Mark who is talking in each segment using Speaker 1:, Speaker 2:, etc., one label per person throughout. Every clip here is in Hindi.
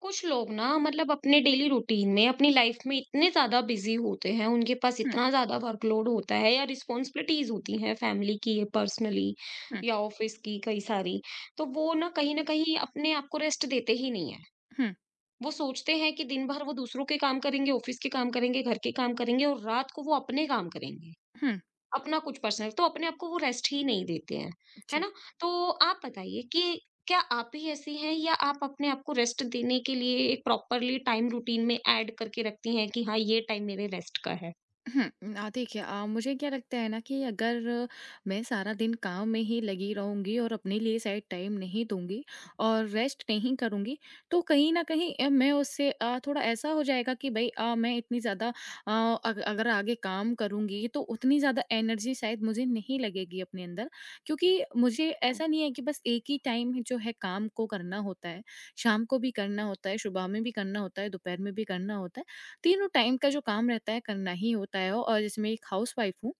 Speaker 1: कुछ लोग ना मतलब अपने डेली रूटीन में अपनी लाइफ में इतने ज्यादा बिजी होते हैं उनके पास
Speaker 2: हुँ,
Speaker 1: इतना ज्यादा वर्कलोड होता है या रिस्पॉन्सिबिलिटीज होती हैं फैमिली की या पर्सनली
Speaker 2: हुँ,
Speaker 1: या ऑफिस की कई सारी। तो वो ना कहीं अपने आप को रेस्ट देते ही नहीं है।
Speaker 2: हुँ,
Speaker 1: वो सोचते हैं कि दिन भर वो दूसरों के काम करेंगे, ऑफिस के काम करेंगे, घर के काम करेंगे और रात को वो अपने काम करेंगे,
Speaker 2: हुँ।
Speaker 1: अपना कुछ पर्सनल। तो अपने आप को वो रेस्ट ही नहीं देते हैं, है
Speaker 2: जी।
Speaker 1: ना? तो आप बताइए कि क्या आप भी ऐसी हैं या आप अपने आप को रेस्ट देने के लिए एक प्रॉपरली टाइम रूटीन में ऐड करके रखती हैं कि हाँ, ये टाइम मेरे रेस्ट का है?
Speaker 2: हुँ, देखिए मुझे क्या लगता है ना कि अगर मैं सारा दिन काम में ही लगी रहूँगी और अपने लिए शायद टाइम नहीं दूँगी और रेस्ट नहीं करूँगी, तो कहीं न कहीं मैं उससे थोड़ा ऐसा हो जाएगा कि भई मैं इतनी ज़्यादा अ, अग अगर आगे काम करूँगी तो उतनी ज़्यादा एनर्जी शायद मुझे नहीं लगेगी अपने अंदर। क्योंकि मुझे
Speaker 1: हुँ,
Speaker 2: ऐसा नहीं है कि बस एक ही टाइम जो है काम को करना होता है, शाम को भी करना होता है, सुबह में भी करना होता है, दोपहर में भी करना होता है। तीनों टाइम का जो काम रहता है करना ही होता है, और जैसे मैं एक हाउसवाइफ हूँ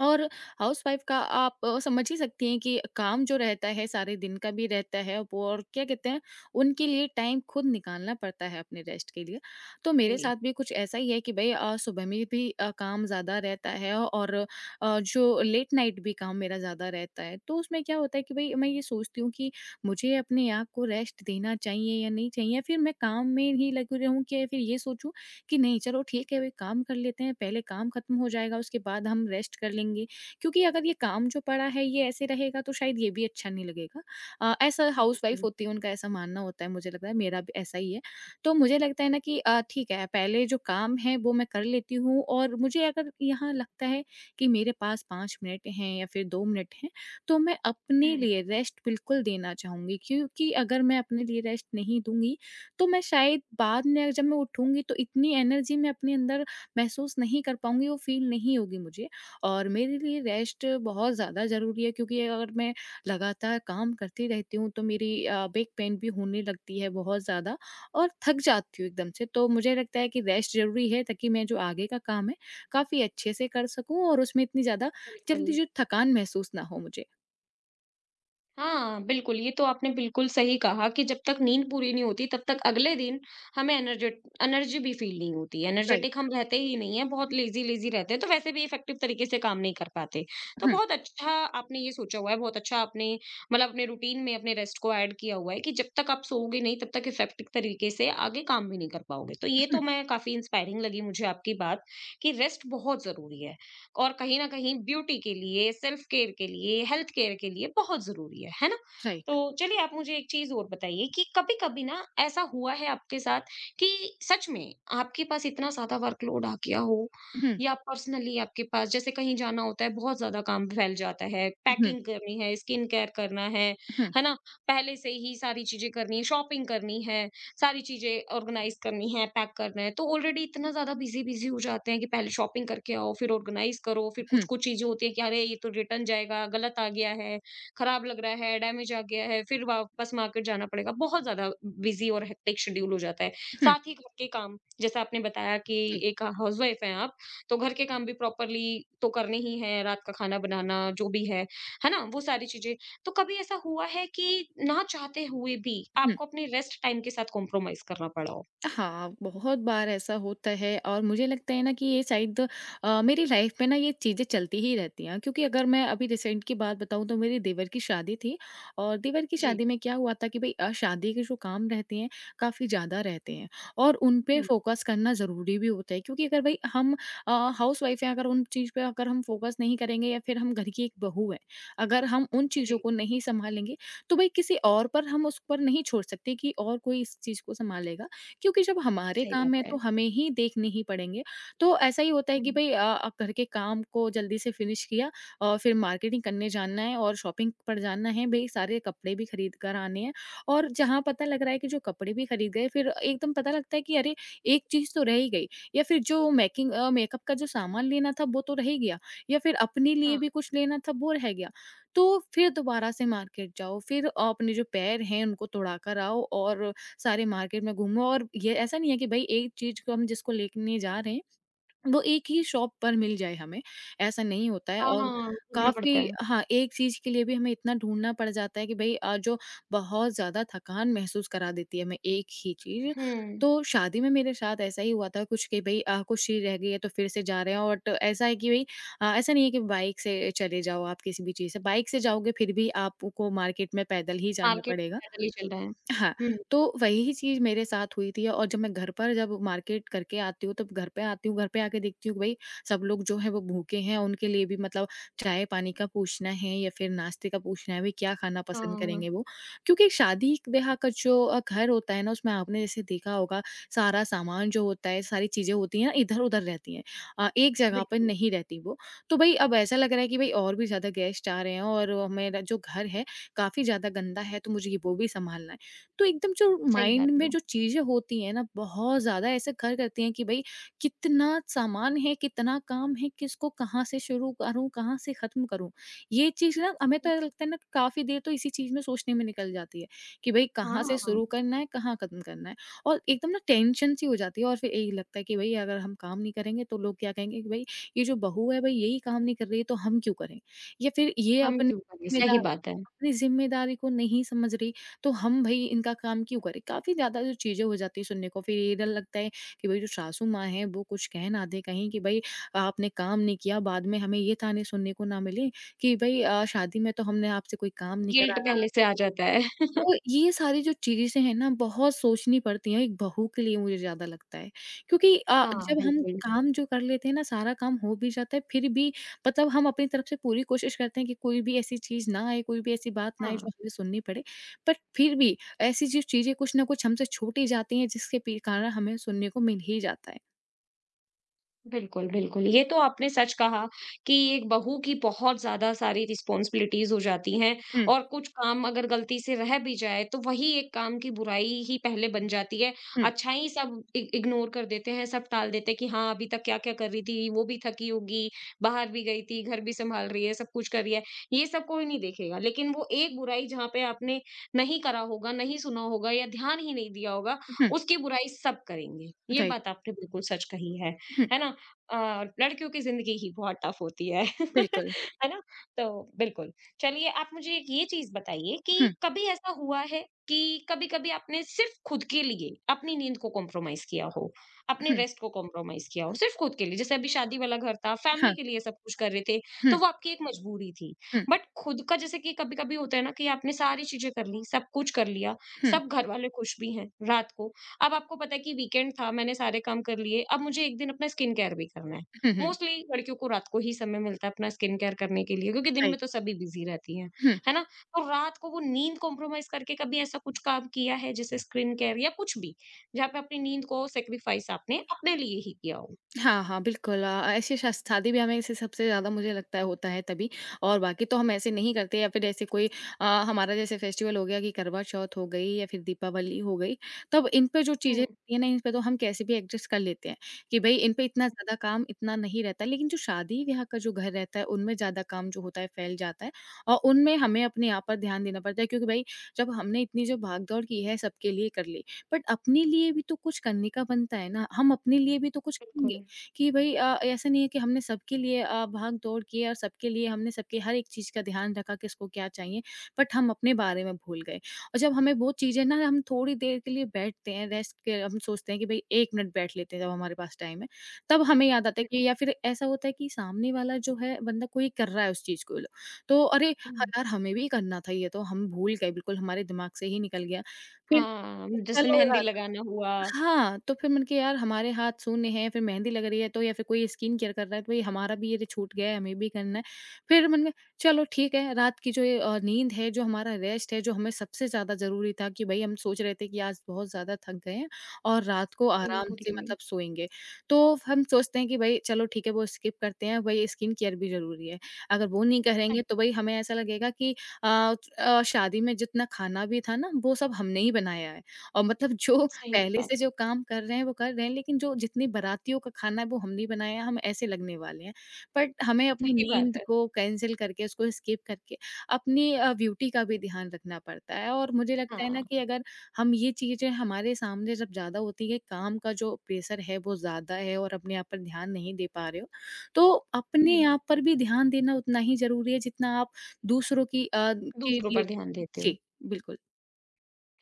Speaker 2: और हाउसवाइफ का आप समझ ही सकती हैं कि काम जो रहता है सारे दिन का भी रहता है वो, और क्या कहते हैं, उनके लिए टाइम खुद निकालना पड़ता है अपने रेस्ट के लिए। तो मेरे
Speaker 1: जी।
Speaker 2: साथ भी कुछ ऐसा ही है कि भाई सुबह में भी काम ज़्यादा रहता है और जो लेट नाइट भी काम मेरा ज़्यादा रहता है, तो उसमें क्या होता है कि भाई मैं ये सोचती हूँ कि मुझे अपने आप को रेस्ट देना चाहिए या नहीं चाहिए, या फिर मैं काम में ही लगी रहूँ, कि या फिर ये सोचूं कि नहीं चलो ठीक है, अभी काम कर लेते हैं, पहले काम खत्म हो जाएगा उसके बाद हम रेस्ट कर लेंगे। क्योंकि अगर ये काम जो पड़ा है ये ऐसे रहेगा तो शायद ये भी अच्छा नहीं लगेगा। ऐसा हाउसवाइफ होती है उनका ऐसा मानना होता है, मुझे लगता है मेरा भी ऐसा ही है। तो मुझे लगता है ना कि ठीक है, पहले जो काम है वो मैं कर लेती हूँ, और मुझे अगर यहाँ लगता है कि मेरे पास 5 मिनट हैं या फिर 2 मिनट हैं, तो मैं अपने
Speaker 1: हुँ,
Speaker 2: लिए रेस्ट बिल्कुल देना चाहूँगी। क्योंकि अगर मैं अपने लिए रेस्ट नहीं दूँगी तो मैं शायद बाद में जब मैं उठूँगी तो इतनी एनर्जी मैं अपने अंदर महसूस नहीं कर पाऊँगी, वो फ़ील नहीं होगी मुझे। और मेरे लिए रेस्ट बहुत ज़्यादा ज़रूरी है, क्योंकि अगर मैं लगातार काम करती रहती हूँ तो मेरी बैक पेन भी होने लगती है बहुत ज़्यादा, और थक जाती हूँ एकदम से। तो मुझे लगता है कि रेस्ट ज़रूरी है, ताकि मैं जो आगे का काम है काफ़ी अच्छे से कर सकूँ, और उसमें इतनी ज़्यादा
Speaker 1: बिल्कुल।
Speaker 2: जल्दी जो थकान महसूस ना हो मुझे।
Speaker 1: हाँ, बिल्कुल, ये तो आपने बिल्कुल सही कहा कि जब तक नींद पूरी नहीं होती तब तक अगले दिन हमें एनर्जेट एनर्जी भी फ़ील नहीं होती है, एनर्जेटिक
Speaker 2: राइट।
Speaker 1: हम रहते ही नहीं हैं, बहुत लेज़ी-लेज़ी रहते हैं, तो वैसे भी इफ़ेक्टिव तरीके से काम नहीं कर पाते। तो
Speaker 2: हुँ,
Speaker 1: बहुत अच्छा आपने ये सोचा हुआ है, बहुत अच्छा आपने मतलब अपने रूटीन में अपने रेस्ट को ऐड किया हुआ है कि जब तक आप सोओगे नहीं तब तक इफ़ेक्टिव तरीके से आगे काम भी नहीं कर पाओगे। तो ये
Speaker 2: हुँ,
Speaker 1: तो मैं काफ़ी इंस्पायरिंग लगी मुझे आपकी बात कि रेस्ट बहुत ज़रूरी है। और कहीं ना कहीं ब्यूटी के लिए, सेल्फ केयर के लिए, हेल्थ केयर के लिए बहुत ज़रूरी है ना?
Speaker 2: राइट।
Speaker 1: तो चलिए आप मुझे एक चीज़ और बताइए कि कभी-कभी ना ऐसा हुआ है आपके साथ कि सच में आपके पास इतना ज़्यादा वर्कलोड आ गया हो
Speaker 2: हुँ,
Speaker 1: या पर्सनली आपके पास जैसे कहीं जाना होता है, बहुत ज़्यादा काम फैल जाता है,
Speaker 2: हुँ,
Speaker 1: पैकिंग करनी है, स्किन केयर करना
Speaker 2: हुँ, हुँ,
Speaker 1: है ना? पहले से ही सारी चीज़ें करनी है, शॉपिंग करनी है, सारी चीज़ें ऑर्गेनाइज़ करनी है, पैक करना है, तो ऑलरेडी इतना ज़्यादा बिज़ी-बिज़ी हो जाते हैं कि पहले शॉपिंग करके आओ, फिर ऑर्गेनाइज़ करो, फिर
Speaker 2: हुँ,
Speaker 1: कुछ-कुछ चीज़ें होती हैं कि अरे! ये तो रिटर्न जाएगा, गलत आ गया है, खराब लग रहा है, डैमेज आ गया है, फिर वापस मार्केट जाना पड़ेगा। बहुत ज़्यादा बिज़ी और हेक्टिक शेड्यूल हो जाता है।
Speaker 2: हुँ,
Speaker 1: साथ ही घर के काम, जैसा आपने बताया कि
Speaker 2: जी,
Speaker 1: एक हाउसवाइफ़ हैं आप, तो घर के काम भी प्रॉपर्ली तो करने ही हैं, रात का खाना बनाना, जो भी है ना? वो सारी चीज़ें। तो कभी ऐसा हुआ है कि ना चाहते हुए भी
Speaker 2: हुँ।
Speaker 1: आपको अपने रेस्ट टाइम के साथ कॉम्प्रोमाइज करना पड़ा हो?
Speaker 2: हाँ, बहुत बार ऐसा होता है, और मुझे लगता है ना कि ये शायद मेरी लाइफ में ना ये चीज़ें चलती ही रहती हैं, क्योंकि अगर मैं अभी रिसेंट की बात बताऊँ तो मेरे देवर की शादी थी। और देवर की
Speaker 1: जी
Speaker 2: शादी में क्या हुआ था कि भई शादी के जो काम रहते हैं, काफ़ी ज़्यादा रहते हैं, और उन पे
Speaker 1: हुँ।
Speaker 2: फ़ोकस करना ज़रूरी भी होता है, क्योंकि अगर भई हम अ, हाउसवाइफ़ हैं, अगर उन चीज़ पे अगर हम फ़ोकस नहीं करेंगे, या फिर हम घर की एक बहू हैं, अगर हम उन चीज़ों
Speaker 1: जी।
Speaker 2: को नहीं सँभालेंगे, तो भई किसी और पर हम उस पर नहीं छोड़ सकते कि और कोई इस चीज़ को सँभालेगा। क्योंकि जब हमारे
Speaker 1: सही
Speaker 2: काम हैं
Speaker 1: बात है।
Speaker 2: तो हमें ही देखने ही पड़ेंगे। तो ऐसा ही होता है कि
Speaker 1: हुँ,
Speaker 2: भई घर के काम को जल्दी से फिनिश किया, और फिर मार्केटिंग करने जाना है और शॉपिंग पर जाना है, भई सारे कपड़े भी खरीद कर आने हैं। और जहाँ पता लग रहा है कि जो कपड़े भी खरीद गए, फिर एकदम पता लगता है कि अरे! एक चीज़ तो रह ही गई, या फिर जो मेकअप का जो सामान लेना था वो तो रह ही गया, या फिर अपने
Speaker 1: हाँ।
Speaker 2: लिए भी कुछ लेना था वो रह गया। तो फिर दोबारा से मार्केट जाओ, फिर अपने जो पैर हैं उनको तुड़ाकर आओ, और सारे मार्केट में घूमो, और ये ऐसा नहीं है कि भाई एक चीज़ को हम जिसको लेने जा रहे हैं वो एक ही शॉप पर मिल जाए हमें, ऐसा नहीं होता है।
Speaker 1: हुँ।
Speaker 2: और
Speaker 1: हाँ, घूमना पड़ता
Speaker 2: काफ़ी
Speaker 1: है।
Speaker 2: हाँ, एक चीज़ के लिए भी हमें इतना ढूँढना पड़ जाता है कि भई जो बहुत ज़्यादा थकान महसूस करा देती है हमें एक ही चीज़।
Speaker 1: हुँ,
Speaker 2: तो शादी में मेरे साथ ऐसा ही हुआ था कुछ कि भई कुछ चीज़ रह गई है तो फिर से जा रहे हैं, और तो ऐसा है कि भई ऐसा नहीं है कि बाइक से चले जाओ आप, किसी भी चीज़ से बाइक से जाओगे फिर भी आपको मार्केट में पैदल ही जाना
Speaker 1: मार्केट
Speaker 2: पड़ेगा।
Speaker 1: पैदल ही चल रहा है।
Speaker 2: हाँ,
Speaker 1: हुँ,
Speaker 2: तो वही चीज़ मेरे साथ हुई थी। और जब मैं घर पर, जब मार्केट करके आती हूँ, तब घर पे आती हूँ, घर पे आके देखती हूँ कि भई सब लोग जो हैं वो भूखे हैं, उनके लिए भी मतलब चाय-पानी का पूछना है, या फिर नाश्ते का पूछना है, भई क्या खाना पसंद
Speaker 1: हाँ,
Speaker 2: करेंगे वो। क्योंकि शादी-ब्याह का जो घर होता है ना, उसमें आपने जैसे देखा होगा, सारा सामान जो होता है, सारी चीज़ें होती हैं, इधर-उधर रहती हैं। एक जगह पर
Speaker 1: बिल्कुल,
Speaker 2: नहीं रहती वो। तो भई अब ऐसा लग रहा है कि भई और भी ज़्यादा गेस्ट आ रहे हैं, और मेरा जो घर है, काफ़ी ज़्यादा गंदा है, तो मुझे ये वो भी सँभालना है। तो एकदम जो
Speaker 1: सही
Speaker 2: माइंड
Speaker 1: बात
Speaker 2: में
Speaker 1: है।
Speaker 2: जो चीज़ें होती हैं ना, बहुत ज़्यादा ऐसे घर करती हैं कि भई कितना सामान है, कितना काम है, किसको कहाँ से शुरू करूँ, कहाँ से ख़त्म करूँ? ये चीज़ ना हमें तो ऐसा लगता है ना, काफ़ी देर तो इसी चीज़ में सोचने में निकल जाती है कि भई कहाँ से
Speaker 1: हाँ,
Speaker 2: शुरू करना है, कहाँ ख़त्म करना है? और एकदम ना टेंशन सी हो जाती है, और फिर यही लगता है कि भई अगर हम काम नहीं करेंगे तो लोग क्या कहेंगे कि भई ये जो बहू है, भई यही काम नहीं कर रही है तो हम क्यों करें? या फिर ये
Speaker 1: हम क्यों करें? सही
Speaker 2: ज़िम्मेदार
Speaker 1: बात है।
Speaker 2: अपनी ज़िम्मेदारी को नहीं समझ रही, तो हम भई इनका काम क्यों करें? काफ़ी ज़्यादा जो चीज़ें हो जाती हैं सुनने को, फिर ये डर लगता है कि भई जो सासू माँ हैं वो कुछ कह ना दें कहीं कि भई आपने काम नहीं किया, बाद में हमें ये ताने सुनने को ना मिलें कि भई शादी में तो हमने आपसे कोई काम नहीं
Speaker 1: गिल्ट
Speaker 2: कराया।
Speaker 1: पहले से आ जाता है।
Speaker 2: तो ये सारी जो चीज़ें हैं ना बहुत सोचनी पड़ती हैं एक बहू के लिए, मुझे ज़्यादा लगता है, क्योंकि
Speaker 1: हाँ,
Speaker 2: जब हम
Speaker 1: बिल्कुल।
Speaker 2: काम जो कर लेते हैं ना, सारा काम हो भी जाता है फिर भी, मतलब हम अपनी तरफ से पूरी कोशिश करते हैं कि कोई भी ऐसी चीज़ ना आए, कोई भी ऐसी बात ना आए
Speaker 1: हाँ।
Speaker 2: जो हमें सुननी पड़े। बट फिर भी ऐसी जो चीज़ें कुछ ना कुछ हमसे छूटी जाती हैं, जिसके पी कारण हमें सुनने को मिल ही जाता है।
Speaker 1: बिल्कुल, बिल्कुल। ये तो आपने सच कहा कि एक बहू की बहुत ज़्यादा सारी रिस्पॉन्सिबिलिटीज़ हो जाती हैं
Speaker 2: हुँ,
Speaker 1: और कुछ काम अगर गलती से रह भी जाए, तो वही एक काम की बुराई ही पहले बन जाती है।
Speaker 2: हुँ,
Speaker 1: अच्छाई सब इ इग्नोर कर देते हैं, सब टाल देते हैं कि हाँ, अभी तक क्या-क्या कर रही थी, वो भी थकी होगी, बाहर भी गई थी, घर भी सँभाल रही है, सब कुछ कर रही है। ये सब कोई नहीं देखेगा, लेकिन वो एक बुराई जहाँ पे आपने नहीं करा होगा, नहीं सुना होगा या ध्यान ही नहीं दिया होगा,
Speaker 2: हुँ,
Speaker 1: उसकी बुराई सब करेंगे। ये
Speaker 2: राइट।
Speaker 1: बात आपने बिल्कुल सच कही
Speaker 2: हुँ,
Speaker 1: है ना? अ, लड़कियों की ज़िंदगी ही बहुत टफ़ होती है।
Speaker 2: बिल्कुल।
Speaker 1: है ना? तो बिल्कुल। चलिए आप मुझे एक ये चीज़ बताइए कि
Speaker 2: हुँ,
Speaker 1: कभी ऐसा हुआ है कि कभी-कभी आपने सिर्फ़ खुद के लिए अपनी नींद को कॉम्प्रोमाइज़ किया हो, अपने
Speaker 2: हुँ,
Speaker 1: रेस्ट को कॉम्प्रोमाइज़ किया हो, सिर्फ़ खुद के लिए? जैसे अभी शादी वाला घर था,
Speaker 2: हाँ,
Speaker 1: फैमिली के लिए सब कुछ कर रहे थे, तो
Speaker 2: हुँ,
Speaker 1: वो आपकी एक मजबूरी थी।
Speaker 2: हुँ,
Speaker 1: बट खुद का जैसे कि कभी-कभी होता है ना कि आपने सारी चीज़ें कर ली, सब कुछ कर लिया,
Speaker 2: हुँ,
Speaker 1: सब घरवाले खुश भी हैं रात को, अब आपको पता है कि वीकेंड था, मैंने सारे काम कर लिए, अब मुझे एक दिन अपना स्किन केयर भी करना है।
Speaker 2: हुँ, हुँ,
Speaker 1: मोस्टली लड़कियों को रात को ही समय मिलता है अपना स्किन केयर करने के लिए क्योंकि दिन में
Speaker 2: राइट।
Speaker 1: तो सभी बिज़ी रहती हैं,
Speaker 2: हुँ।
Speaker 1: है ना? तो रात को वो नींद कॉम्प्रोमाइज़ करके कभी ऐसा कुछ काम किया है जैसे स्किन केयर या कुछ भी, जहाँ पे अपनी नींद को सैक्रिफाइस आपने अपने लिए ही किया हो?
Speaker 2: हाँ, हाँ, बिल्कुल ऐसी शस शादी ब्याह में से सबसे ज़्यादा मुझे लगता है होता है तभी, और बाकी तो हम ऐसे नहीं करते, या फिर ऐसे कोई हमारा जैसे फेस्टिवल हो गया कि करवा चौथ हो गई या फिर दीपावली हो गई, तब इन पे जो चीज़ें
Speaker 1: हुँ,
Speaker 2: होती हैं ना, इन पे तो हम कैसे भी एडजस्ट कर लेते हैं कि भई इन पे इतना ज़्यादा काम इतना नहीं रहता है। लेकिन जो शादी-ब्याह का जो घर रहता है, उनमें ज़्यादा काम जो होता है फैल जाता है, और उनमें हमें अपने आप पर ध्यान देना पड़ता है, क्योंकि भई जब हमने इतनी जो भाग-दौड़ की है सबके लिए कर ली, बट अपने लिए भी तो कुछ करने का बनता है ना, हम अपने लिए भी तो कुछ करेंगे।
Speaker 1: बिल्कुल।
Speaker 2: कि भई ऐसा नहीं है कि हमने सबके लिए भाग-दौड़ की, और सबके लिए हमने सबके हर एक चीज़ का ध्यान रखा किसको क्या चाहिए, बट हम अपने बारे में भूल गए। और जब हमें वो चीज़ें ना, हम थोड़ी देर के लिए बैठते हैं रेस्ट के, हम सोचते हैं कि भई 1 मिनट बैठ लेते हैं जब हमारे पास टाइम है, तब हमें याद आता है
Speaker 1: हुँ,
Speaker 2: कि, या फिर ऐसा होता है कि सामने वाला जो है बंदा कोई कर रहा है उस चीज़ को, लो तो अरे! ह
Speaker 1: हुँ।
Speaker 2: यार हमें भी करना था ये तो हम भूल गए बिल्कुल हमारे दिमाग से ही निकल गया। फिर
Speaker 1: हाँ, जैसे
Speaker 2: चलो
Speaker 1: मेहंदी
Speaker 2: यार।
Speaker 1: लगाना हुआ।
Speaker 2: हाँ, तो फिर मैंने कहा यार हमारे हाथ सूने हैं, फिर मेहंदी लग रही है तो या फिर कोई स्किन केयर कर रहा है तो भई हमारा भी ये तो छूट गया है, हमें भी करना है। फिर मैंने कहा चलो ठीक है, रात की जो ये नींद है, जो हमारा रेस्ट है, जो हमें सबसे ज़्यादा ज़रूरी था कि भई हम सोच रहे थे कि आज बहुत ज़्यादा थक गए हैं और रात को
Speaker 1: हुँ,
Speaker 2: आराम
Speaker 1: पूरी
Speaker 2: से
Speaker 1: करी।
Speaker 2: मतलब सोएँगे। तो हम सोचते हैं कि भई चलो ठीक है वो स्किप करते हैं, भई स्किन केयर भी ज़रूरी है। अगर वो नहीं
Speaker 1: सही
Speaker 2: करेंगे तो भई हमें ऐसा लगेगा कि शादी में जितना खाना भी था ना, वो सब हमने ही बनाया है और मतलब जो
Speaker 1: सही
Speaker 2: पहले
Speaker 1: बात
Speaker 2: से जो काम कर रहे हैं वो कर रहे हैं, लेकिन जो जितने बारातियों का खाना है वो हमने बनाया, हम ऐसे लगने वाले हैं। बट हमें अपनी
Speaker 1: सही बात
Speaker 2: नींद
Speaker 1: है।
Speaker 2: को कैंसल करके, उसको स्किप करके अपनी ब्यूटी का भी ध्यान रखना पड़ता है और मुझे लगता है
Speaker 1: हाँ,
Speaker 2: ना कि अगर हम ये चीज़ें हमारे सामने जब ज़्यादा होती है, काम का जो प्रेशर है वो ज़्यादा है और अपने आप पर ध्यान नहीं दे पा रहे हो, तो
Speaker 1: हुँ,
Speaker 2: अपने आप पर भी ध्यान देना उतना ही ज़रूरी है जितना आप दूसरों की के
Speaker 1: दूसरों
Speaker 2: लिए।
Speaker 1: पर ध्यान देते हो।
Speaker 2: जी, बिल्कुल।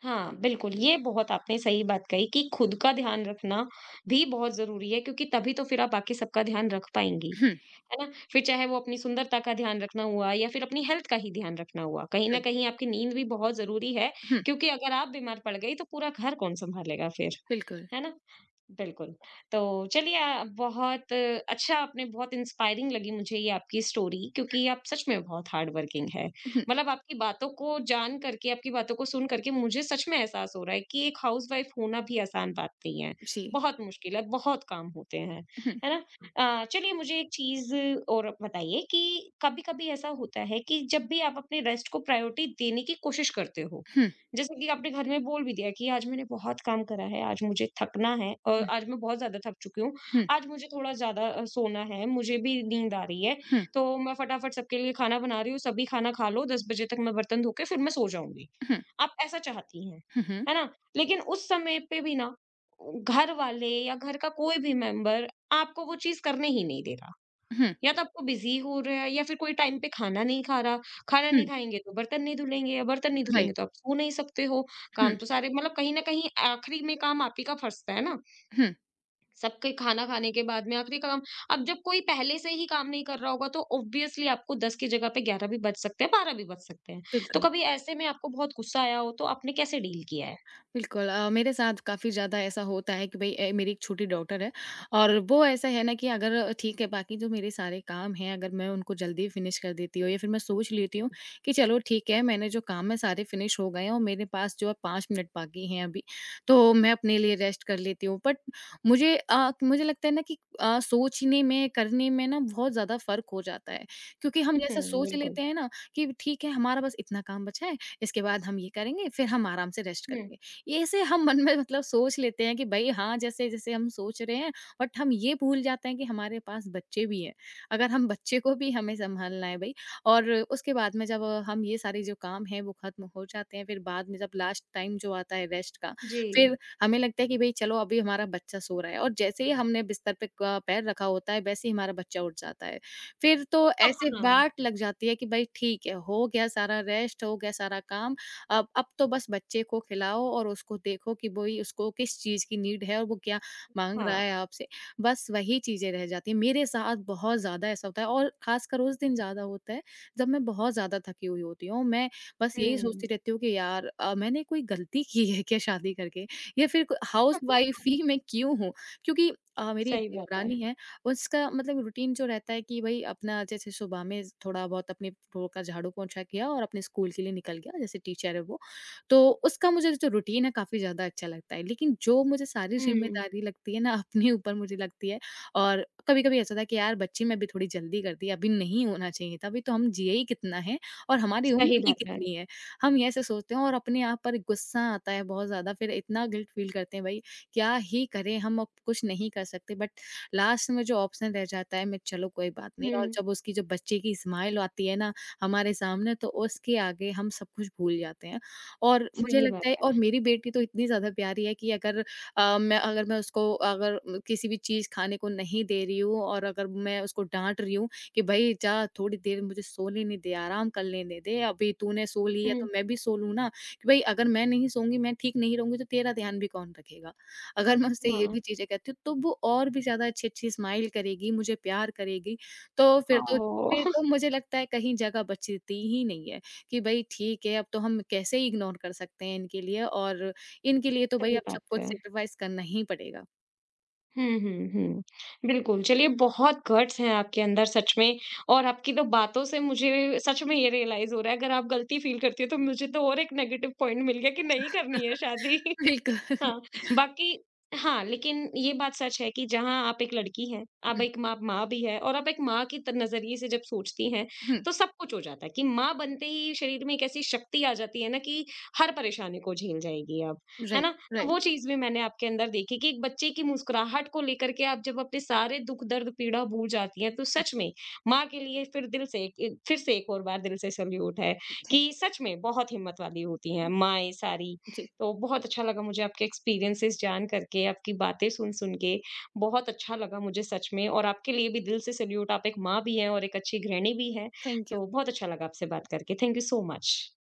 Speaker 1: हाँ, बिल्कुल, ये बहुत आपने सही बात कही कि खुद का ध्यान रखना भी बहुत ज़रूरी है क्योंकि तभी तो फिर आप बाकी सबका ध्यान रख पाएँगी,
Speaker 2: हुँ,
Speaker 1: है ना? फिर चाहे वो अपनी सुंदरता का ध्यान रखना हुआ या फिर अपनी हेल्थ का ही ध्यान रखना हुआ। कहीं न
Speaker 2: सही।
Speaker 1: कहीं आपकी नींद भी बहुत ज़रूरी है
Speaker 2: हुँ,
Speaker 1: क्योंकि अगर आप बीमार पड़ गई तो पूरा घर कौन सँभालेगा फिर,
Speaker 2: बिल्कुल।
Speaker 1: है ना? बिल्कुल। तो चलिए बहुत अच्छा आपने बहुत इंस्पायरिंग लगी मुझे ये आपकी स्टोरी क्योंकि आप सच में बहुत हार्ड वर्किंग है।
Speaker 2: हुँ,
Speaker 1: मतलब आपकी बातों को जान करके, आपकी बातों को सुन करके मुझे सच में एहसास हो रहा है कि एक हाउसवाइफ होना भी आसान बात नहीं है।
Speaker 2: जी।
Speaker 1: बहुत मुश्किल है, बहुत काम होते हैं।
Speaker 2: हुँ,
Speaker 1: है ना? चलिए मुझे एक चीज़ और बताइए कि कभी-कभी ऐसा होता है कि जब भी आप अपने रेस्ट को प्रायोरिटी देने की कोशिश करते हो,
Speaker 2: हुँ,
Speaker 1: जैसे कि आपने घर में बोल भी दिया कि आज मैंने बहुत काम करा है, आज मुझे थकना है और
Speaker 2: हुँ,
Speaker 1: आज मैं बहुत ज़्यादा थक चुकी हूँ,
Speaker 2: हुँ,
Speaker 1: आज मुझे थोड़ा ज़्यादा सोना है, मुझे भी नींद आ रही है,
Speaker 2: हुँ,
Speaker 1: तो मैं फटाफट सबके लिए खाना बना रही हूँ, सभी खाना खा लो, 10 बजे तक मैं बर्तन धो के फिर मैं सो जाऊँगी।
Speaker 2: हुँ,
Speaker 1: आप ऐसा चाहती हैं,
Speaker 2: हुँ,
Speaker 1: है ना? लेकिन उस समय पे भी ना, घर वाले या घर का कोई भी मेंबर आपको वो चीज़ करने ही नहीं दे रहा।
Speaker 2: हुँ,
Speaker 1: या तो आपको बिजी हो रहा है या फिर कोई टाइम पे खाना नहीं खा रहा, खाना
Speaker 2: हुँ,
Speaker 1: नहीं खाएँगे तो बर्तन नहीं धुलेंगे या बर्तन नहीं धुलेंगे
Speaker 2: राइट।
Speaker 1: तो आप सो नहीं सकते हो। काम
Speaker 2: हुँ,
Speaker 1: तो सारे मतलब कहीं न कहीं आखिरी में काम आप ही का फँसता है ना?
Speaker 2: हुँ,
Speaker 1: सबके खाना खाने के बाद में आखिरी काम। अब जब कोई पहले से ही काम नहीं कर रहा होगा तो ऑब्वियसली आपको 10 की जगह पे 11 भी बज सकते हैं, 12 भी बज सकते हैं। तो
Speaker 2: बिल्कुल।
Speaker 1: कभी ऐसे में आपको बहुत गुस्सा आया हो तो आपने कैसे डील किया है?
Speaker 2: बिल्कुल मेरे साथ काफ़ी ज़्यादा ऐसा होता है कि भई मेरी एक छोटी डॉटर है और वो ऐसा है ना कि अगर ठीक है बाकी जो मेरे सारे काम हैं अगर मैं उनको जल्दी फिनिश कर देती हूँ या फिर मैं सोच लेती हूँ कि चलो ठीक है मैंने जो काम है सारे फिनिश हो गए हैं और मेरे पास जो है 5 मिनट बाकी हैं अभी तो मैं अपने लिए रेस्ट कर लेती हूँ। बट मुझे लगता है ना कि सोचने में करने में ना बहुत ज़्यादा फ़र्क हो जाता है क्योंकि हम जैसा सोच
Speaker 1: बिल्कुल।
Speaker 2: लेते हैं ना कि ठीक है हमारा बस इतना काम बचा है इसके बाद हम ये करेंगे फिर हम आराम से रेस्ट
Speaker 1: हुँ।
Speaker 2: करेंगे। ये ऐसे हम मन में मतलब सोच लेते हैं कि भाई हाँ, जैसे-जैसे हम सोच रहे हैं बट हम ये भूल जाते हैं कि हमारे पास बच्चे भी हैं। अगर हम बच्चे को भी हमें सँभालना है भई और उसके बाद में जब हम ये सारे जो काम हैं वो ख़त्म हो जाते हैं, फिर बाद में जब लास्ट टाइम जो आता है रेस्ट का,
Speaker 1: जी।
Speaker 2: फिर हमें लगता है कि भई चलो अभी हमारा बच्चा सो रहा है और जैसे ही हमने बिस्तर पे क पैर रखा होता है वैसे ही हमारा बच्चा उठ जाता है। फिर तो ऐसे
Speaker 1: हाँ,
Speaker 2: बाट लग जाती है कि भाई ठीक है, हो गया सारा रेस्ट, हो गया सारा काम। अब तो बस बच्चे को खिलाओ और उसको देखो कि वही उसको किस चीज़ की नीड है और वो क्या माँग रहा
Speaker 1: हाँ।
Speaker 2: है आपसे। बस वही चीज़ें रह जाती हैं। मेरे साथ बहुत ज़्यादा ऐसा होता है और ख़ासकर उस दिन ज़्यादा होता है जब मैं बहुत ज़्यादा थकी हुई होती हूँ। मैं बस यही
Speaker 1: हुँ।
Speaker 2: सोचती रहती हूँ कि यार मैंने कोई गलती की है क्या शादी करके या फिर क हाउसवाइफ़ ही मैं क्यों हूँ? क्योंकि मेरी एक
Speaker 1: सही बात है।
Speaker 2: देवरानी है। उसका मतलब रूटीन जो रहता है कि भाई अपना जैसे सुबह में थोड़ा बहुत अपने फ्लोर का झाड़ू पोंछा किया और अपने स्कूल के लिए निकल गया, जैसे टीचर है वो। तो उसका मुझे जो रूटीन है काफ़ी ज़्यादा अच्छा लगता है। लेकिन जो मुझे सारी हुँ।
Speaker 1: हुँ,
Speaker 2: ज़िम्मेदारी लगती है ना अपने ऊपर मुझे लगती है। और कभी-कभी ऐसा था कि यार बच्चे में भी थोड़ी जल्दी कर दी, अभी नहीं होना चाहिए था, अभी तो हम जिए ही कितना है और हमारी
Speaker 1: सही
Speaker 2: उम्र ही
Speaker 1: बात है।
Speaker 2: कितनी है। हम ये ऐसे सोचते हैं और अपने आप पर गुस्सा आता है बहुत ज़्यादा। फिर इतना गिल्ट फ़ील करते हैं भाई क्या ही करें हम, अब कुछ नहीं कर सकते। बट लास्ट में जो ऑप्शन रह जाता है मैं चलो कोई बात नहीं, और
Speaker 1: हुँ,
Speaker 2: जब उसकी जो बच्चे की स्माइल आती है ना हमारे सामने तो उसके आगे हम सब कुछ भूल जाते हैं। और मुझे जी,
Speaker 1: सही बात
Speaker 2: लगता है
Speaker 1: है।
Speaker 2: और मेरी बेटी तो इतनी ज़्यादा प्यारी है कि अगर मैं अगर मैं उसको अगर म, किसी भी चीज़ खाने को नहीं दे रही हूँ और अगर मैं उसको डांट रही हूँ कि भाई जा थोड़ी देर मुझे सो लेने दे, आराम कर लेने दे, अभी तूने सो ली है
Speaker 1: हुँ,
Speaker 2: तो मैं भी सो लूँ ना, कि भाई अगर मैं नहीं सोऊंगी मैं ठीक नहीं रहूंगी तो तेरा ध्यान भी कौन रखेगा, अगर मैं उससे ये
Speaker 1: हाँ।
Speaker 2: भी चीज़ें कहती हूँ, तो वो और भी ज़्यादा अच्छी-अच्छी स्माइल करेगी, मुझे प्यार करेगी। तो फिर तो फिर
Speaker 1: हाँ,
Speaker 2: तो मुझे लगता है कहीं जगह बचती ही नहीं है, कि भई ठीक है अब तो हम कैसे इग्नोर कर सकते हैं इनके लिए और इनके लिए तो भई
Speaker 1: सही
Speaker 2: अब
Speaker 1: बात
Speaker 2: सब कुछ
Speaker 1: है।
Speaker 2: सैक्रिफाइस करना ही पड़ेगा।
Speaker 1: हुँ, हुँ, हुँ। बिल्कुल, चलिए बहुत गट्स हैं आपके अंदर सच में और आपकी तो बातों से मुझे सच में ये रियलाइज़ हो रहा है अगर आप गलती फ़ील करती हो तो मुझे तो और एक नेगेटिव पॉइंट मिल गया कि नहीं करनी है शादी।
Speaker 2: बिल्कुल।
Speaker 1: हाँ, बाकी हाँ, लेकिन ये बात सच है कि जहाँ आप एक लड़की हैं, अब
Speaker 2: हुँ,
Speaker 1: एक माँ माँ भी है और आप एक माँ की त नज़रिए से जब सोचती हैं,
Speaker 2: हुँ।
Speaker 1: तो सब कुछ हो जाता है कि माँ बनते ही शरीर में एक ऐसी शक्ति आ जाती है ना कि हर परेशानी को झेल जाएगी आप, है
Speaker 2: राइट,
Speaker 1: ना? तो
Speaker 2: राइट।
Speaker 1: वो चीज़ भी मैंने आपके अंदर देखी कि एक बच्चे की मुस्कुराहट को लेकर के आप जब अपने सारे दुःख, दर्द, पीड़ा भूल जाती हैं, तो सच में माँ के लिए फिर दिल से एक और बार दिल से सैल्यूट है
Speaker 2: थैंक
Speaker 1: कि सच में बहुत हिम्मत वाली होती हैं माँएँ सारी।
Speaker 2: जी,
Speaker 1: तो बहुत अच्छा लगा मुझे आपके एक्सपीरियंसेस जान करके, आपकी बातें सुन-सुन के, बहुत अच्छा लगा मुझे सच में और आपके लिए भी दिल से सैल्यूट। आप एक माँ भी हैं और एक अच्छी गृहिणी भी हैं।
Speaker 2: Thank you.
Speaker 1: तो बहुत अच्छा लगा आपसे बात करके। Thank you so much.